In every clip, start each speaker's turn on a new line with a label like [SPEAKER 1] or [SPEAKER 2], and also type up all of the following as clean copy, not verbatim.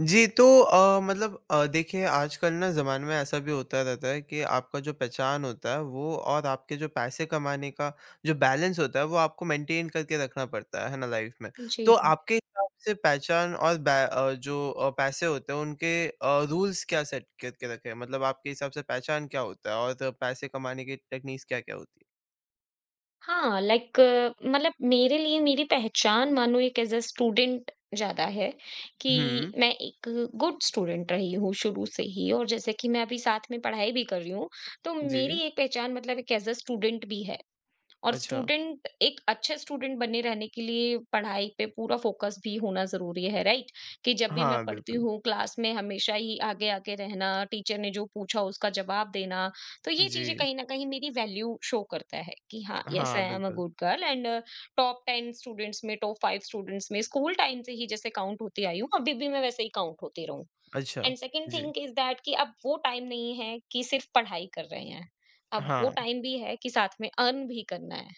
[SPEAKER 1] जी, तो देखिए आजकल ना ज़माने में ऐसा भी होता रहता है कि आपका जो पहचान होता है वो और आपके जो पैसे कमाने का जो बैलेंस होता है वो आपको मेंटेन करके रखना पड़ता है ना लाइफ़ में।
[SPEAKER 2] जी।
[SPEAKER 1] तो आपके हिसाब से पहचान और जो पैसे होते हैं उनके रूल्स क्या सेट करके रखे हैं? मतलब आपके हिसाब से पहचान क्या होता है और पैसे कमाने की टेक्निक्स क्या-क्या होती है?
[SPEAKER 2] हाँ, लाइक मतलब मेरे लिए मेरी पहचान मानो एक एज़ अ स्टूडेंट ज़्यादा है कि
[SPEAKER 1] हुँ,
[SPEAKER 2] मैं एक गुड स्टूडेंट रही हूँ शुरू से ही और जैसे कि मैं अभी साथ में पढ़ाई भी कर रही हूँ, तो मेरी
[SPEAKER 1] जी,
[SPEAKER 2] एक पहचान मतलब एक एज़ अ स्टूडेंट भी है। और
[SPEAKER 1] अच्छा।
[SPEAKER 2] स्टूडेंट एक अच्छे स्टूडेंट बने रहने के लिए पढ़ाई पे पूरा फोकस भी होना ज़रूरी है, राइट? कि जब भी मैं
[SPEAKER 1] हाँ,
[SPEAKER 2] पढ़ती
[SPEAKER 1] बिल्कुल।
[SPEAKER 2] हूँ क्लास में हमेशा ही आगे-आगे रहना, टीचर ने जो पूछा उसका जवाब देना, तो ये चीज़ें
[SPEAKER 1] जी,
[SPEAKER 2] कहीं न कहीं मेरी वैल्यू शो करता है कि हाँ, येस
[SPEAKER 1] हाँ,
[SPEAKER 2] आई एम अ
[SPEAKER 1] बिल्कुल।
[SPEAKER 2] Good girl and top 10 students में, टॉप 5 स्टूडेंट्स में स्कूल टाइम से ही जैसे काउंट होती आई हूँ, अभी भी मैं वैसे ही काउंट होती रहूँ।
[SPEAKER 1] अच्छा,
[SPEAKER 2] एंड सेकंड
[SPEAKER 1] जी,
[SPEAKER 2] थिंग इज दैट कि अब वो टाइम नहीं है कि सिर्फ पढ़ाई कर रहे हैं, अब वो
[SPEAKER 1] हाँ,
[SPEAKER 2] टाइम भी है कि साथ में अर्न भी करना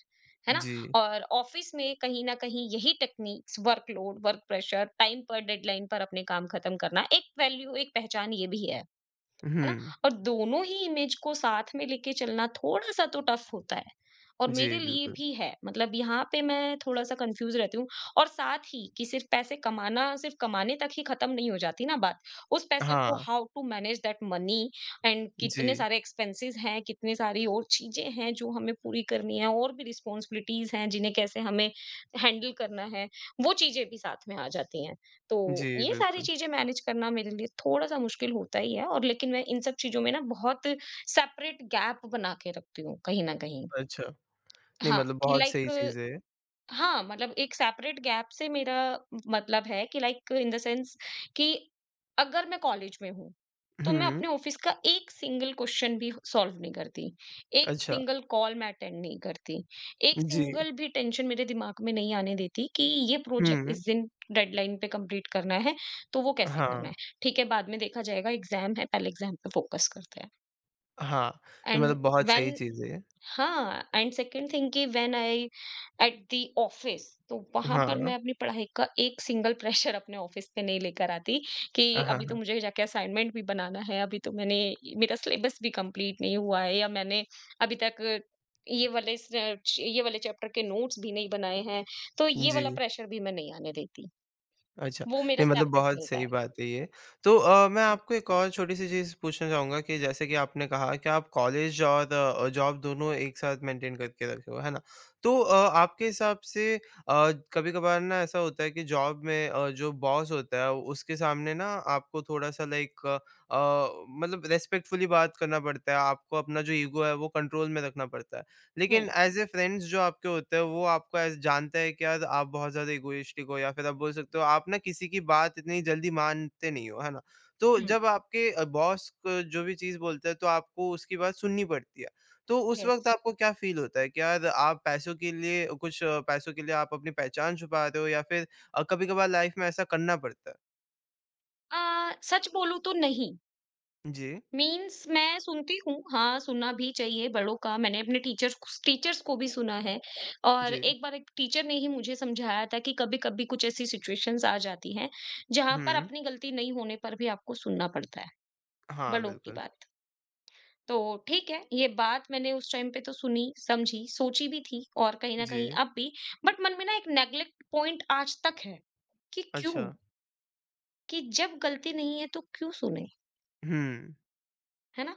[SPEAKER 2] है ना?
[SPEAKER 1] जी।
[SPEAKER 2] और ऑफिस में कहीं न कहीं यही techniques workload, work pressure, time पर, डेडलाइन पर अपने काम खत्म करना एक वैल्यू एक पहचान ये भी है। है ना?
[SPEAKER 1] हुँ।
[SPEAKER 2] और दोनों ही इमेज को साथ में लेके चलना थोड़ा-सा तो टफ होता है और मेरे
[SPEAKER 1] जी,
[SPEAKER 2] लिए
[SPEAKER 1] बिल्कुल।
[SPEAKER 2] भी है। मतलब यहाँ पे मैं थोड़ा-सा कन्फ्यूज़ रहती हूँ और साथ ही कि सिर्फ़ पैसे कमाना सिर्फ़ कमाने तक ही खत्म नहीं हो जाती ना बात। उस पैसे को
[SPEAKER 1] हाँ,
[SPEAKER 2] how to manage that money and
[SPEAKER 1] जी।
[SPEAKER 2] कितने सारे एक्सपेंसेस हैं, कितनी सारी और चीज़ें हैं जो हमें पूरी करनी है और भी रिस्पॉन्सिबिलिटीज़ हैं जिन्हें कैसे हमें हैंडल करना है, वो चीज़ें भी साथ में आ जाती हैं।
[SPEAKER 1] जी,
[SPEAKER 2] तो ये सारी
[SPEAKER 1] बिल्कुल।
[SPEAKER 2] चीज़ें मैनेज करना मेरे लिए थोड़ा-सा मुश्किल होता ही है और लेकिन मैं इन सब चीज़ों में ना बहुत सेपरेट गैप बना के रखती हूँ कहीं न कहीं।
[SPEAKER 1] अच्छा, नहीं
[SPEAKER 2] हाँ,
[SPEAKER 1] मतलब
[SPEAKER 2] कि
[SPEAKER 1] बहुत सही
[SPEAKER 2] लाइक
[SPEAKER 1] चीज़ है ये।
[SPEAKER 2] हाँ, मतलब एक सेपरेट गैप से मेरा मतलब है कि लाइक इन द सेंस कि अगर मैं कॉलेज में हूँ, तो मैं
[SPEAKER 1] हुँ,
[SPEAKER 2] अपने ऑफिस का एक सिंगल क्वेश्चन भी सॉल्व नहीं करती। एक
[SPEAKER 1] अच्छा,
[SPEAKER 2] सिंगल कॉल मैं अटेंड नहीं करती। एक
[SPEAKER 1] जी।
[SPEAKER 2] सिंगल भी टेंशन मेरे दिमाग में नहीं आने देती कि ये प्रोजेक्ट
[SPEAKER 1] हुँ,
[SPEAKER 2] इस दिन डेडलाइन पे कंप्लीट करना है, तो वो कैसे करना
[SPEAKER 1] हाँ,
[SPEAKER 2] है? ठीक है, बाद में देखा जाएगा एग्ज़ाम है, पहले एग्ज़ाम पे फोकस करते हैं।
[SPEAKER 1] हाँ, ये
[SPEAKER 2] एंड
[SPEAKER 1] मतलब बहुत सही
[SPEAKER 2] व्हेन
[SPEAKER 1] चीज़ है ये।
[SPEAKER 2] हाँ, एंड सेकंड थिंग कि when I at the office, तो वहां पर
[SPEAKER 1] हाँ,
[SPEAKER 2] मैं अपनी पढ़ाई का एक सिंगल प्रेशर अपने ऑफिस पे नहीं लेकर आती कि
[SPEAKER 1] हाँ,
[SPEAKER 2] अभी तो
[SPEAKER 1] हाँ।
[SPEAKER 2] मुझे जाके असाइनमेंट भी बनाना है, अभी तो मैंने मेरा सिलेबस भी कंप्लीट नहीं हुआ है या मैंने अभी तक ये वाले चैप्टर के नोट्स भी नहीं बनाए हैं, तो ये
[SPEAKER 1] जी।
[SPEAKER 2] वाला प्रेशर भी मैं नहीं आने देती।
[SPEAKER 1] अच्छा,
[SPEAKER 2] वो मेरा
[SPEAKER 1] नहीं मतलब
[SPEAKER 2] सेपरेट
[SPEAKER 1] बहुत
[SPEAKER 2] चलता है।
[SPEAKER 1] सही बात है ये। तो मैं आपको एक और छोटी-सी चीज़ पूछना चाहूँगा कि जैसे कि आपने कहा कि आप कॉलेज और जॉब दोनों एक साथ मेंटेन करके रखे हो, है ना? तो आपके हिसाब से कभी-कभार ना ऐसा होता है कि जॉब में जो बॉस होता है उसके सामने ना आपको थोड़ा-सा मतलब रिस्पेक्टफुली बात करना पड़ता है, आपको अपना जो ईगो है वो कंट्रोल में रखना पड़ता है। लेकिन
[SPEAKER 2] हम्म।
[SPEAKER 1] एज़ ए फ्रेंड्स जो आपके होते हैं वो आपको ऐसे जानते हैं कि यार आप बहुत ज़्यादा इगोइस्टिक हो या फिर आप बोल सकते हो आप ना किसी की बात इतनी जल्दी मानते नहीं हो, है ना? तो
[SPEAKER 2] हम्म।
[SPEAKER 1] जब आपके बॉस क जो भी चीज़ बोलते हैं तो आपको उसकी बात सुननी पड़ती है। तो उस वक़्त
[SPEAKER 2] यस।
[SPEAKER 1] आपको क्या फ़ील होता है कि यार आप पैसों के लिए आप अपनी पहचान छुपा रहे हो या फिर कभी-कभार लाइफ़ में ऐसा करना पड़ता है?
[SPEAKER 2] सच बोलूं तो नहीं।
[SPEAKER 1] जी,
[SPEAKER 2] मीन्स मैं सुनती हूँ, हाँ, सुनना भी चाहिए बड़ों का। मैंने अपने टीचर्स टीचर्स को भी सुना है और
[SPEAKER 1] जी।
[SPEAKER 2] एक बार एक टीचर ने ही मुझे समझाया था कि कभी-कभी कुछ ऐसी सिचुएशंस आ जाती हैं, जहाँ पर
[SPEAKER 1] हुँ।
[SPEAKER 2] अपनी गलती नहीं होने पर भी आपको सुनना पड़ता है,
[SPEAKER 1] हाँ,
[SPEAKER 2] बड़ों की
[SPEAKER 1] बिल्कुल।
[SPEAKER 2] बात। तो ठीक है, ये बात मैंने उस टाइम पे तो सुनी, समझी, सोची भी थी और कहीं न कहीं
[SPEAKER 1] जी।
[SPEAKER 2] अब भी, बट मन में ना एक नेगलेक्ट पॉइंट आज तक है कि क्यों?
[SPEAKER 1] अच्छा।
[SPEAKER 2] कि जब गलती नहीं है तो क्यों सुने?
[SPEAKER 1] हुँ।
[SPEAKER 2] है ना?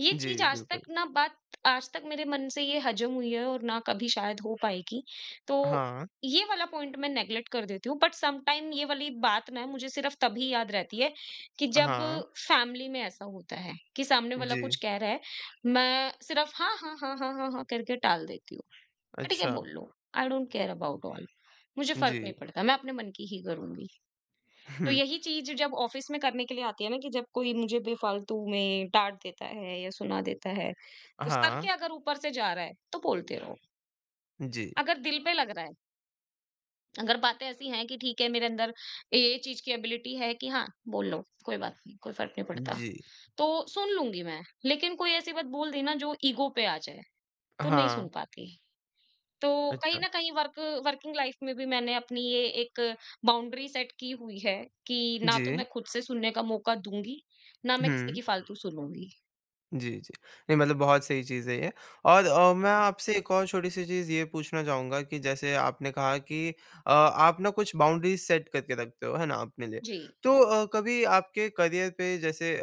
[SPEAKER 2] ये चीज़
[SPEAKER 1] जी,
[SPEAKER 2] आज
[SPEAKER 1] बिल्कुल।
[SPEAKER 2] तक ना बात आज तक मेरे मन से ये हजम हुई है और ना कभी शायद हो पाएगी। तो
[SPEAKER 1] हाँ,
[SPEAKER 2] ये वाला पॉइंट मैं नेगलेक्ट कर देती हूँ, बट सम टाइम ये वाली बात ना मुझे सिर्फ़ तभी याद रहती है कि जब
[SPEAKER 1] हाँ।
[SPEAKER 2] फैमिली में ऐसा होता है कि सामने वाला
[SPEAKER 1] जी।
[SPEAKER 2] कुछ कह रहा है, मैं सिर्फ़ हाँ, हाँ, हाँ, हाँ, हाँ, हाँ करके टाल देती हूँ। ठीक है
[SPEAKER 1] अच्छा,
[SPEAKER 2] बोल लो, I don't care about all, मुझे फ़र्क
[SPEAKER 1] जी।
[SPEAKER 2] नहीं पड़ता, मैं अपने मन की ही करूँगी। तो
[SPEAKER 1] हुँ,
[SPEAKER 2] यही चीज़ जब ऑफिस में करने के लिए आती है ना कि जब कोई मुझे बेफालतू में डाँट देता है या सुना देता है, तो सर के
[SPEAKER 1] हाँ,
[SPEAKER 2] अगर ऊपर से जा रहा है, तो बोलते रहो।
[SPEAKER 1] जी,
[SPEAKER 2] अगर दिल पे लग रहा है, अगर बातें ऐसी हैं कि ठीक है मेरे अंदर ये चीज़ की एबिलिटी है कि हाँ, बोल लो, कोई बात नहीं, कोई फ़र्क नहीं पड़ता,
[SPEAKER 1] जी,
[SPEAKER 2] तो सुन लूँगी मैं। लेकिन कोई ऐसी बात बोल दी ना जो ईगो पे आ जाए, तो नहीं
[SPEAKER 1] हाँ,
[SPEAKER 2] सुन पाती। तो कहीं
[SPEAKER 1] अच्छा,
[SPEAKER 2] ना कहीं वर्किंग लाइफ में भी मैंने अपनी ये एक बाउंड्री सेट की हुई है कि ना तो
[SPEAKER 1] जी,
[SPEAKER 2] मैं खुद से सुनने का मौका दूंगी, ना मैं किसी
[SPEAKER 1] हुँ।
[SPEAKER 2] की फालतू सुनूंगी।
[SPEAKER 1] जी, जी। नहीं मतलब बहुत सही चीज़ है ये और मैं आपसे एक और छोटी-सी चीज़ ये पूछना चाहूँगा कि जैसे आपने कहा कि आप ना कुछ बाउंड्रीज़ सेट करके रखते हो, है ना, अपने लिए।
[SPEAKER 2] जी।
[SPEAKER 1] तो कभी आपके करियर पे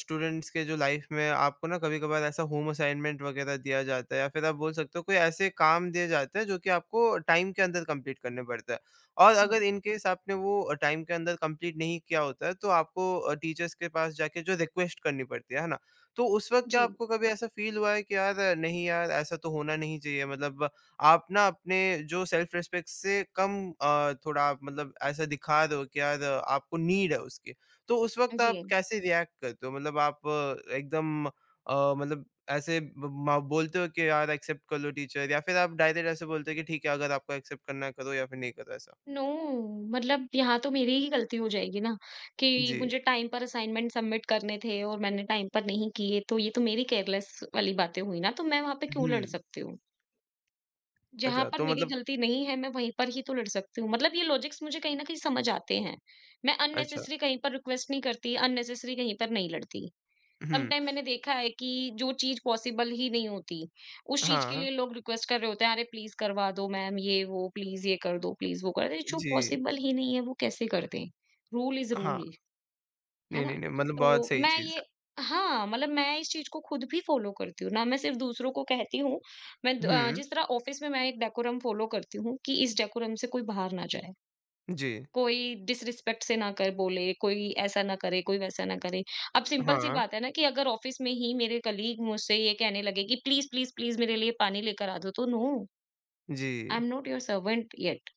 [SPEAKER 1] स्टूडेंट्स के जो लाइफ में आपको ना कभी-कभार ऐसा होम असाइनमेंट वगैरह दिया जाता है या फिर आप बोल सकते हो कोई ऐसे काम दिए जाते हैं जो कि आपको टाइम के अंदर कंप्लीट करने पड़ता है। और अगर
[SPEAKER 2] हुँ।
[SPEAKER 1] इन केस आपने वो टाइम के अंदर कंप्लीट नहीं किया होता है तो आपको टीचर्स के पास जाके जो रिक्वेस्ट करनी पड़ती है ना? तो उस वक़्त क्या
[SPEAKER 2] जी,
[SPEAKER 1] आपको कभी ऐसा फ़ील हुआ है कि यार नहीं यार ऐसा तो होना नहीं चाहिए मतलब आप ना अपने जो सेल्फ रिस्पेक्ट से कम थोड़ा आप मतलब ऐसा दिखा रहे हो कि यार आपको नीड है उसकी। तो उस वक़्त आप
[SPEAKER 2] जी।
[SPEAKER 1] कैसे रिएक्ट करते हो? मतलब आप एकदम मतलब ऐसे ब म बोलते हो कि यार एक्सेप्ट कर लो टीचर या फिर आप डायरेक्ट ऐसे बोलते हो कि ठीक है अगर आपको एक्सेप्ट करना है करो या फिर नहीं करो ऐसा?
[SPEAKER 2] नो, मतलब यहाँ तो मेरी ही गलती हो जाएगी ना कि
[SPEAKER 1] जी।
[SPEAKER 2] मुझे टाइम पर असाइनमेंट सबमिट करने थे और मैंने टाइम पर नहीं किए, तो ये तो मेरी केयरलेस वाली बातें हुई ना, तो मैं वहाँ पे क्यों लड़
[SPEAKER 1] हुँ,
[SPEAKER 2] सकती हूँ? जहाँ
[SPEAKER 1] अच्छा
[SPEAKER 2] पर
[SPEAKER 1] तो
[SPEAKER 2] मेरी
[SPEAKER 1] मतलब
[SPEAKER 2] गलती नहीं है मैं वहीं पर ही तो लड़ सकती हूँ। मतलब ये लॉजिक्स मुझे कहीं न कहीं समझ आते हैं। मैं
[SPEAKER 1] अच्छा
[SPEAKER 2] अननेसेसरी कहीं पर रिक्वेस्ट नहीं करती, अननेसेसरी कहीं पर नहीं लड़ती।
[SPEAKER 1] हुँ,
[SPEAKER 2] समटाइम मैंने देखा है कि जो चीज़ पॉसिबल ही नहीं होती, उस चीज़ के
[SPEAKER 1] हाँ,
[SPEAKER 2] लिए लोग रिक्वेस्ट कर रहे होते हैं, "अरे प्लीज़ करवा दो मैम ये वो, प्लीज़ ये कर दो, प्लीज़ वो कर" अरे जो
[SPEAKER 1] जी।
[SPEAKER 2] पॉसिबल ही नहीं है वो कैसे कर दें? रूल इज़
[SPEAKER 1] हाँ,
[SPEAKER 2] रूल। है
[SPEAKER 1] नहीं,
[SPEAKER 2] ना?
[SPEAKER 1] नहीं, नहीं मतलब बहुत
[SPEAKER 2] तो
[SPEAKER 1] सही
[SPEAKER 2] मैं
[SPEAKER 1] चीज़ है।
[SPEAKER 2] ये हाँ, मतलब मैं इस चीज़ को खुद भी फॉलो करती हूँ, ना मैं सिर्फ़ दूसरों को कहती हूँ।
[SPEAKER 1] हुँ,
[SPEAKER 2] जिस तरह ऑफ़िस में मैं एक डेकोरम फॉलो करती हूँ कि इस डेकोरम से कोई बाहर ना जाए,
[SPEAKER 1] जी।
[SPEAKER 2] कोई डिसरिस्पेक्ट से ना कर बोले, कोई ऐसा ना करे, कोई वैसा ना करे। अब सिंपल सी
[SPEAKER 1] हाँ,
[SPEAKER 2] बात है ना कि अगर ऑफ़िस में ही मेरे कलीग मुझसे ये कहने लगे कि प्लीज़, प्लीज़, प्लीज़ मेरे लिए पानी लेकर आ दो, तो नो,
[SPEAKER 1] जी,
[SPEAKER 2] I am not your servant yet.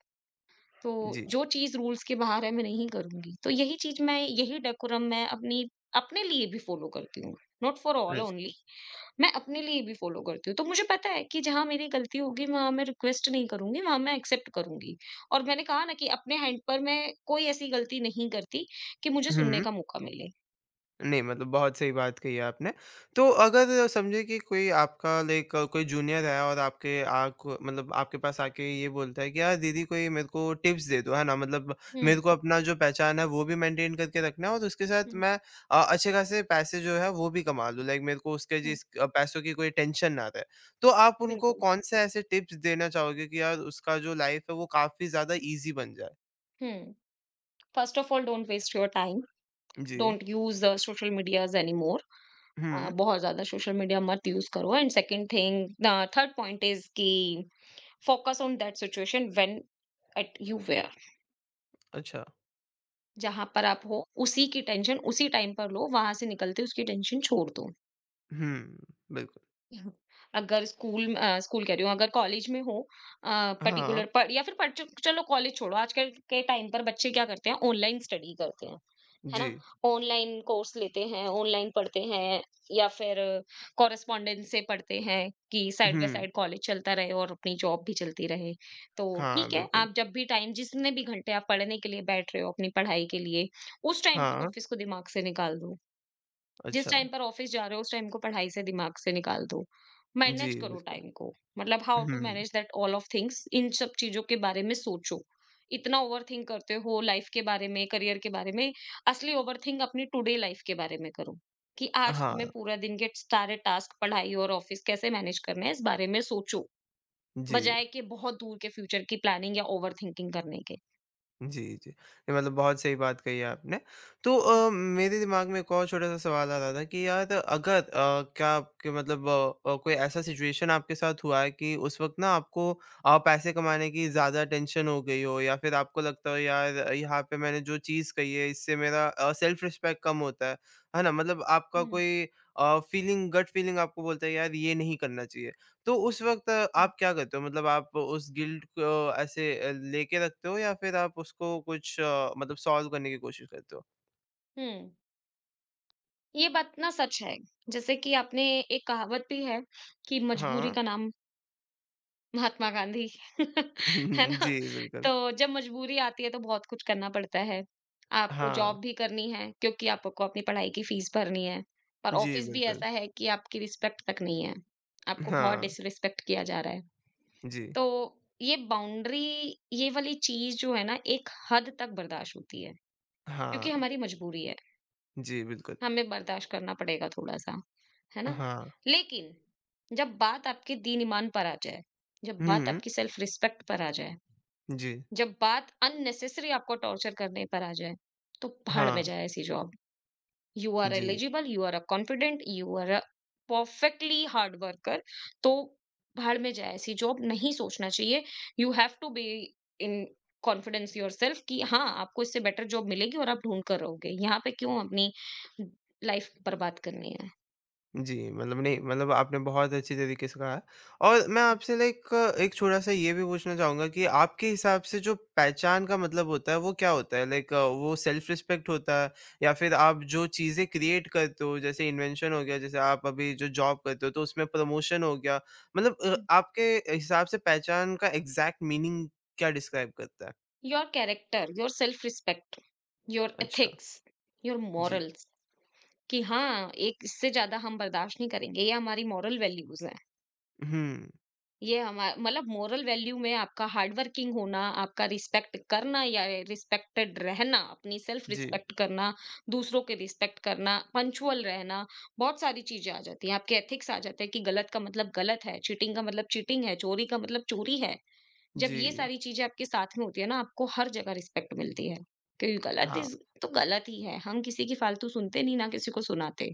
[SPEAKER 2] तो
[SPEAKER 1] जी।
[SPEAKER 2] जो चीज़ रूल्स के बाहर है मैं नहीं करूँगी। तो यही चीज़ मैं यही डेकोरम मैं अपनी अपने लिए भी फ़ॉलो करती हूँ, नॉट फॉर ऑल
[SPEAKER 1] अच्छा
[SPEAKER 2] ओनली, मैं अपने लिए भी फ़ॉलो करती हूँ। तो मुझे पता है कि जहाँ मेरी गलती होगी वहाँ मैं रिक्वेस्ट नहीं करूँगी, वहाँ मैं एक्सेप्ट करूँगी। और मैंने कहा ना कि अपने हैंड पर मैं कोई ऐसी गलती नहीं करती कि मुझे सुनने
[SPEAKER 1] हुँ,
[SPEAKER 2] का मौका मिले।
[SPEAKER 1] नहीं मतलब बहुत सही बात कही है आपने। तो अगर समझे कि कोई आपका लाइक कोई जूनियर है और आपके आक मतलब आपके पास आके ये बोलता है कि यार दीदी कोई मेरे को टिप्स दे दो, है ना? मतलब
[SPEAKER 2] हुँ,
[SPEAKER 1] मेरे को अपना जो पहचान है वो भी मेंटेन करके रखना है और उसके साथ
[SPEAKER 2] हुँ,
[SPEAKER 1] मैं अच्छे खासे पैसे जो है वो भी कमा लूँ। लाइक मेरे को उसके
[SPEAKER 2] हुँ,
[SPEAKER 1] पैसों की कोई टेंशन ना रहे। तो आप उनको
[SPEAKER 2] बिल्कुल।
[SPEAKER 1] कौन से ऐसे टिप्स देना चाहोगे कि यार उसका जो लाइफ़ है वो काफ़ी ज़्यादा ईज़ी बन जाए?
[SPEAKER 2] हुँ, first of all don't waste your time,
[SPEAKER 1] जी।
[SPEAKER 2] Don't use the social medias anymore.
[SPEAKER 1] हुँ,
[SPEAKER 2] बहुत ज़्यादा सोशल मीडिया मत यूज़ करो and second thing the third point is कि focus on that situation when at you where
[SPEAKER 1] अच्छा।
[SPEAKER 2] जहां पर आप हो, उसी की टेंशन उसी टाइम पर लो, वहां से निकलते उसकी टेंशन छोड़ दो।
[SPEAKER 1] हुँ, बिल्कुल।
[SPEAKER 2] हम्म। अगर स्कूल, स्कूल कह रही हूँ, अगर कॉलेज में हो
[SPEAKER 1] हाँ,
[SPEAKER 2] पर्टिकुलर पर या फिर चलो कॉलेज छोड़ो आजकल के टाइम पर बच्चे क्या करते हैं ऑनलाइन स्टडी करते हैं, है ना?
[SPEAKER 1] जी।
[SPEAKER 2] ऑनलाइन कोर्स लेते हैं, ऑनलाइन पढ़ते हैं या फिर कॉरेस्पॉन्डेंस से पढ़ते हैं कि साइड बाय
[SPEAKER 1] हुँ,
[SPEAKER 2] साइड कॉलेज चलता रहे और अपनी जॉब भी चलती रहे। तो
[SPEAKER 1] हाँ,
[SPEAKER 2] ठीक है,
[SPEAKER 1] बिल्कुल।
[SPEAKER 2] आप जब भी टाइम जितने भी घंटे आप पढ़ने के लिए बैठ रहे हो अपनी पढ़ाई के लिए, उस टाइम पर
[SPEAKER 1] हाँ,
[SPEAKER 2] ऑफिस को दिमाग से निकाल दो। जिस
[SPEAKER 1] अच्छा।
[SPEAKER 2] टाइम पर ऑफिस जा रहे हो उस टाइम को पढ़ाई से दिमाग से निकाल दो।
[SPEAKER 1] जी,
[SPEAKER 2] मैनेज करो
[SPEAKER 1] बिल्कुल।
[SPEAKER 2] टाइम को, मतलब हाउ टू
[SPEAKER 1] हुँ,
[SPEAKER 2] manage that all of things, इन सब चीज़ों के बारे में सोचो। इतना ओवरथिंक करते हो लाइफ के बारे में, करियर के बारे में, असली ओवरथिंक अपनी टुडे लाइफ के बारे में करो कि आज
[SPEAKER 1] हाँ,
[SPEAKER 2] तुम्हें पूरा दिन के सारे टास्क, पढ़ाई और ऑफिस कैसे मैनेज करने हैं इस बारे में सोचो।
[SPEAKER 1] जी।
[SPEAKER 2] बजाय कि बहुत दूर के फ्यूचर की प्लानिंग या ओवरथिंकिंग करने के।
[SPEAKER 1] जी, जी। ये मतलब बहुत सही बात कही है आपने। तो मेरे दिमाग में एक और छोटा-सा सवाल आ रहा था कि यार अगर अ, क्या आपके मतलब कोई ऐसा सिचुएशन आपके साथ हुआ है कि उस वक़्त ना आपको पैसे कमाने की ज़्यादा टेंशन हो गई हो या फिर आपको लगता हो यार यहाँ पे मैंने जो चीज़ कही है इससे मेरा सेल्फ रिस्पेक्ट कम होता है। है ना? मतलब आपका
[SPEAKER 2] हुँ,
[SPEAKER 1] कोई फीलिंग गट फीलिंग आपको बोलता है यार ये नहीं करना चाहिए। तो उस वक़्त
[SPEAKER 2] हुँ।
[SPEAKER 1] आप क्या करते हो? मतलब आप उस गिल्ट को ऐसे लेके रखते हो या फिर आप उसको मतलब सॉल्व करने की कोशिश करते हो?
[SPEAKER 2] हुँ। ये बात ना सच है। जैसे कि आपने, एक कहावत भी है कि मजबूरी
[SPEAKER 1] हाँ।
[SPEAKER 2] का नाम महात्मा गांधी। है ना?
[SPEAKER 1] जी, बिल्कुल।
[SPEAKER 2] तो जब मजबूरी आती है तो बहुत कुछ करना पड़ता है। आपको
[SPEAKER 1] हाँ।
[SPEAKER 2] जॉब भी करनी है क्योंकि आपको अपनी पढ़ाई की फीस भरनी है और
[SPEAKER 1] जी,
[SPEAKER 2] ऑफिस भी
[SPEAKER 1] बिल्कुल।
[SPEAKER 2] ऐसा है कि आपकी रिस्पेक्ट तक नहीं है। आपको बहुत
[SPEAKER 1] हाँ।
[SPEAKER 2] डिसरिस्पेक्ट किया जा रहा है।
[SPEAKER 1] जी।
[SPEAKER 2] तो ये बाउंड्री, ये वाली चीज़ जो है ना एक हद तक बर्दाश्त होती है क्योंकि
[SPEAKER 1] हाँ।
[SPEAKER 2] हमारी मजबूरी है।
[SPEAKER 1] जी, बिल्कुल।
[SPEAKER 2] हमें बर्दाश्त करना पड़ेगा थोड़ा-सा, है ना?
[SPEAKER 1] हाँ।
[SPEAKER 2] लेकिन जब बात आपके दीन-ईमान पर आ जाए, जब बात
[SPEAKER 1] हुँ।
[SPEAKER 2] आपकी सेल्फ रिस्पेक्ट पर आ जाए,
[SPEAKER 1] जी।
[SPEAKER 2] जब बात अननेसेसरी आपको टॉर्चर करने पर आ जाए, तो भाड़ में
[SPEAKER 1] हाँ।
[SPEAKER 2] जाए ऐसी जॉब। You are
[SPEAKER 1] जी।
[SPEAKER 2] eligible, you are a confident, you are a perfectly hard worker। तो भाड़ में जाए ऐसी जॉब नहीं सोचना चाहिए। You have to be in confidence yourself कि हाँ आपको इससे बेटर जॉब मिलेगी और आप ढूंढ कर रहोगे। यहाँ पे क्यों अपनी लाइफ बर्बाद करनी है।
[SPEAKER 1] जी, मतलब नहीं मतलब आपने बहुत अच्छी तरीके से कहा और मैं आपसे लाइक एक छोटा-सा ये भी पूछना चाहूँगा कि आपके हिसाब से जो पहचान का मतलब होता है, वो क्या होता है? लाइक वो सेल्फ रिस्पेक्ट होता है या फिर आप जो चीज़ें क्रिएट करते हो, जैसे इन्वेंशन हो गया, जैसे आप अभी जो जॉब करते हो, तो उसमें प्रमोशन हो गया। मतलब आपके हिसाब से पहचान का एग्ज़ैक्ट मीनिंग क्या डिस्क्राइब करता है?
[SPEAKER 2] Your character, your self-respect, your
[SPEAKER 1] अच्छा,
[SPEAKER 2] एथिक्स, योर
[SPEAKER 1] जी।
[SPEAKER 2] मॉरल्स। कि हाँ एक इससे ज्यादा हम बर्दाश्त नहीं करेंगे, ये हमारी मॉरल वैल्यूज हैं।
[SPEAKER 1] हुँ,
[SPEAKER 2] ये हमारा मतलब मोरल वैल्यू में आपका हार्ड वर्किंग होना, आपका रिस्पेक्ट करना या रिस्पेक्टेड रहना, अपनी सेल्फ
[SPEAKER 1] जी,
[SPEAKER 2] रिस्पेक्ट करना, दूसरों की रिस्पेक्ट करना, पंक्चुअल रहना, बहुत सारी चीजें आ जाती हैं। आपके एथिक्स आ जाते हैं कि गलत का मतलब गलत है, चीटिंग का मतलब चीटिंग है, चोरी का मतलब चोरी है। जब ये
[SPEAKER 1] जी।
[SPEAKER 2] सारी चीजें आपके साथ में होती है ना, आपको हर जगह रिस्पेक्ट मिलती है। क्योंकि गलत
[SPEAKER 1] हाँ,
[SPEAKER 2] इज तो गलत ही है, हम किसी की फालतू सुनते नहीं, ना किसी को सुनाते,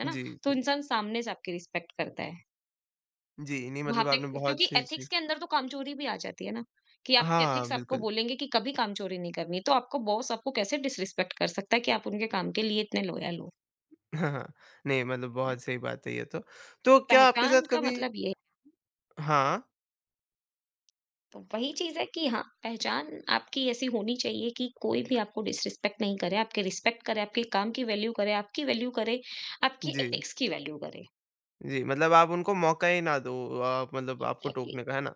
[SPEAKER 2] है ना?
[SPEAKER 1] जी,
[SPEAKER 2] तो
[SPEAKER 1] जी।
[SPEAKER 2] इंसान सामने से आपकी रिस्पेक्ट करता है।
[SPEAKER 1] जी, नहीं
[SPEAKER 2] वहाँ
[SPEAKER 1] मतलब
[SPEAKER 2] पे
[SPEAKER 1] आपने बहुत
[SPEAKER 2] क्योंकि
[SPEAKER 1] सही चीज़
[SPEAKER 2] एथिक्स के अंदर तो कामचोरी भी आ जाती है ना, कि आपके
[SPEAKER 1] हाँ,
[SPEAKER 2] एथिक्स आपको
[SPEAKER 1] बिल्कुल।
[SPEAKER 2] बोलेंगे कि कभी कामचोरी नहीं करनी, तो आपका बॉस आपको कैसे डिसरिस्पेक्ट कर सकता है कि आप उनके काम के लिए इतने लॉयल हो,
[SPEAKER 1] हाँ, हाँ। नहीं मतलब
[SPEAKER 2] है ना?
[SPEAKER 1] बहुत सही बात है ये तो। तो क्या आपके
[SPEAKER 2] पहचान
[SPEAKER 1] साथ
[SPEAKER 2] का
[SPEAKER 1] कभी
[SPEAKER 2] मतलब ये है,
[SPEAKER 1] हाँ,
[SPEAKER 2] तो वही चीज़ है कि हाँ, पहचान आपकी ऐसी होनी चाहिए कि कोई भी आपको डिसरिस्पेक्ट नहीं करे, आपकी रिस्पेक्ट करे, आपके काम की वैल्यू करे, आपकी
[SPEAKER 1] जी।
[SPEAKER 2] एथिक्स की वैल्यू करे।
[SPEAKER 1] जी, मतलब आप उनको मौका ही ना दो मतलब आपको
[SPEAKER 2] एग्ज़ैक्टली,
[SPEAKER 1] टोकने का, है ना?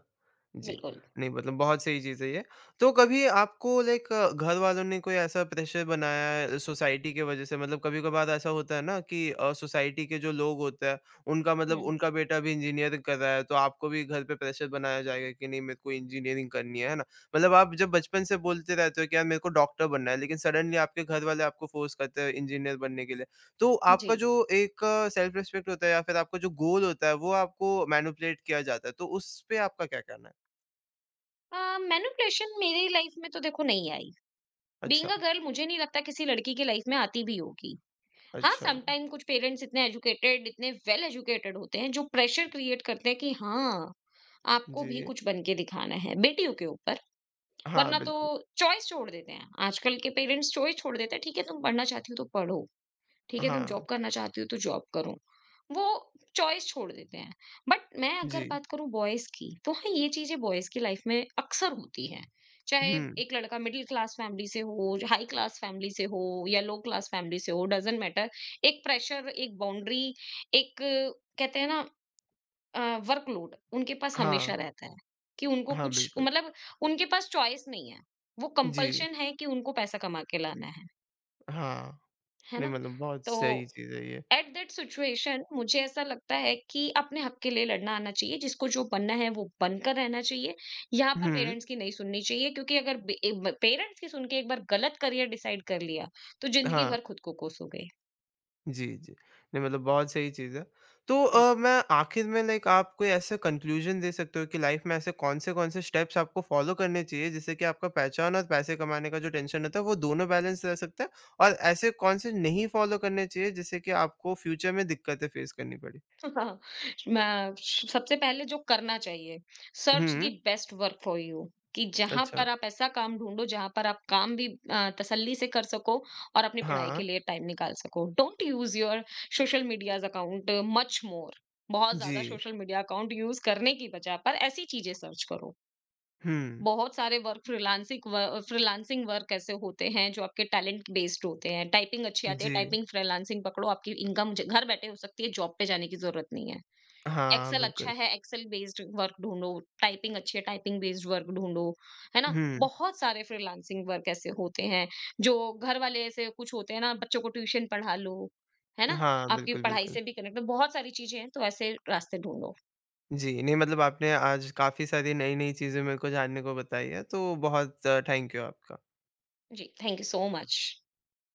[SPEAKER 1] जी।
[SPEAKER 2] बिल्कुल।
[SPEAKER 1] नहीं मतलब बहुत सही चीज़ है ये। तो कभी आपको लाइक घर वालों ने कोई ऐसा प्रेशर बनाया है सोसाइटी की वज़ह से? मतलब कभी-कभार ऐसा होता है ना कि सोसाइटी के जो लोग होते हैं, उनका मतलब
[SPEAKER 2] हुँ,
[SPEAKER 1] उनका बेटा अभी इंजीनियरिंग कर रहा है, तो आपको भी घर पे प्रेशर बनाया जाएगा कि नहीं मेरे को इंजीनियरिंग करनी है ना? मतलब आप जब बचपन से बोलते रहते हो कि यार मेरे को डॉक्टर बनना है, लेकिन सडनली आपके घर वाले आपको फोर्स करते हैं इंजीनियर बनने के लिए। तो आपका
[SPEAKER 2] जी।
[SPEAKER 1] जो एक सेल्फ रिस्पेक्ट होता है या फिर आपका जो गोल होता है वो आपको मैनिपुलेट किया जाता है, तो उस पे आपका क्या कहना है?
[SPEAKER 2] मैनिपुलेशन मेरी लाइफ में तो देखो नहीं आई।
[SPEAKER 1] अच्छा,
[SPEAKER 2] बीइंग अ गर्ल मुझे नहीं लगता किसी लड़की की लाइफ में आती भी होगी। हाँ,
[SPEAKER 1] अच्छा।
[SPEAKER 2] सम टाइम कुछ पेरेंट्स इतने एजुकेटेड, इतने वेल एजुकेटेड होते हैं जो प्रेशर क्रिएट करते हैं कि हाँ, आपको भी
[SPEAKER 1] जी।
[SPEAKER 2] कुछ बन के दिखाना है बेटियों के ऊपर,
[SPEAKER 1] हाँ,
[SPEAKER 2] वरना तो
[SPEAKER 1] बिल्कुल।
[SPEAKER 2] चॉइस छोड़ देते हैं। आजकल के पेरेंट्स चॉइस छोड़ देते हैं, ठीक है तुम पढ़ना चाहती हो तो पढ़ो, ठीक है तुम जॉब
[SPEAKER 1] हाँ,
[SPEAKER 2] करना चाहती हो तो जॉब करो। वो चॉइस छोड़ देते हैं। बट मैं अगर
[SPEAKER 1] जी।
[SPEAKER 2] बात करूँ बॉयज़ की, तो हाँ, ये चीज़ें बॉयज़ की लाइफ़ में अक्सर होती हैं। चाहे
[SPEAKER 1] हुँ।
[SPEAKER 2] एक लड़का मिडल क्लास फैमिली से हो, हाई क्लास फैमिली से हो या लो क्लास फैमिली से हो, डज़न्ट मैटर। एक प्रेशर, एक बाउंड्री, एक कहते हैं ना, अ, वर्कलोड उनके पास
[SPEAKER 1] हाँ,
[SPEAKER 2] हमेशा रहता है कि उनको
[SPEAKER 1] हाँ,
[SPEAKER 2] कुछ
[SPEAKER 1] बिल्कुल।
[SPEAKER 2] मतलब उनके पास चॉइस नहीं है। वो
[SPEAKER 1] जी,
[SPEAKER 2] कंपल्शन है कि उनको पैसा कमा के लाना
[SPEAKER 1] हाँ।
[SPEAKER 2] है
[SPEAKER 1] नहीं
[SPEAKER 2] ना?
[SPEAKER 1] मतलब बहुत
[SPEAKER 2] तो
[SPEAKER 1] सही चीज़ है ये।
[SPEAKER 2] एट दैट सिचुएशन मुझे ऐसा लगता है कि अपने हक के लिए लड़ना आना चाहिए, जिसको जो बनना है वो बनकर रहना चाहिए। यहाँ पर
[SPEAKER 1] हुँ,
[SPEAKER 2] पेरेंट्स की नहीं सुननी चाहिए क्योंकि अगर बे ए ब पेरेंट्स की सुन के एक बार गलत करियर डिसाइड कर लिया, तो ज़िंदगी
[SPEAKER 1] हाँ।
[SPEAKER 2] भर खुद को कोसोगे।
[SPEAKER 1] जी, जी। नहीं मतलब बहुत सही चीज़ है। तो मैं आखिर में लाइक आप कोई ऐसा कन्क्लूज़न दे सकते हो कि लाइफ़ में ऐसे कौन से स्टेप्स आपको फ़ॉलो करने चाहिए जिससे कि आपका पहचान और पैसे कमाने का जो टेंशन होता है वो दोनों बैलेंस रह सकता है? और ऐसे कौन से नहीं फ़ॉलो करने चाहिए जिससे कि आपको फ्यूचर में दिक्कतें फ़ेस करनी पड़े?
[SPEAKER 2] हाँ, मैं सबसे पहले जो करना चाहिए, सर्च
[SPEAKER 1] हुँ,
[SPEAKER 2] the best work for you कि जहाँ
[SPEAKER 1] अच्छा।
[SPEAKER 2] पर आप ऐसा काम ढूँढो, जहाँ पर आप काम भी तसल्ली से कर सको और अपनी पढ़ाई के
[SPEAKER 1] हाँ,
[SPEAKER 2] लिए टाइम निकाल सको। Don't use your social medias account much more. बहुत
[SPEAKER 1] जी।
[SPEAKER 2] ज़्यादा सोशल मीडिया अकाउंट यूज़ करने की बजाय पर ऐसी चीज़ें सर्च करो।
[SPEAKER 1] हुँ,
[SPEAKER 2] बहुत सारे वर्क फ्रीलांसिंग वर्क ऐसे होते हैं जो आपके टैलेंट बेस्ड होते हैं। टाइपिंग अच्छी आती है,
[SPEAKER 1] जी।
[SPEAKER 2] टाइपिंग फ्रीलांसिंग पकड़ो, आपकी इनकम ज घर बैठे हो सकती है, जॉब पे जाने की ज़रूरत नहीं है।
[SPEAKER 1] हाँ,
[SPEAKER 2] एक्सेल अच्छा
[SPEAKER 1] बिल्कुल।
[SPEAKER 2] है, एक्सेल बेस्ड वर्क ढूंढो। टाइपिंग अच्छी है, टाइपिंग बेस्ड वर्क ढूंढो, है ना?
[SPEAKER 1] हुँ,
[SPEAKER 2] बहुत सारे फ्रीलांसिंग वर्क ऐसे होते हैं जो घर वाले ऐसे कुछ होते हैं ना, बच्चों को ट्यूशन पढ़ा लो, है ना?
[SPEAKER 1] हाँ,
[SPEAKER 2] आपकी
[SPEAKER 1] बिल्कुल,
[SPEAKER 2] पढ़ाई
[SPEAKER 1] बिल्कुल।
[SPEAKER 2] से भी कनेक्ट बहुत सारी चीजें हैं, तो ऐसे रास्ते ढूंढो।
[SPEAKER 1] जी, नहीं मतलब आपने आज काफ़ी सारी नई-नई चीज़ें मेरे को जानने को बताई है, तो बहुत थैंक यू आपका।
[SPEAKER 2] जी, थैंक यू सो मच।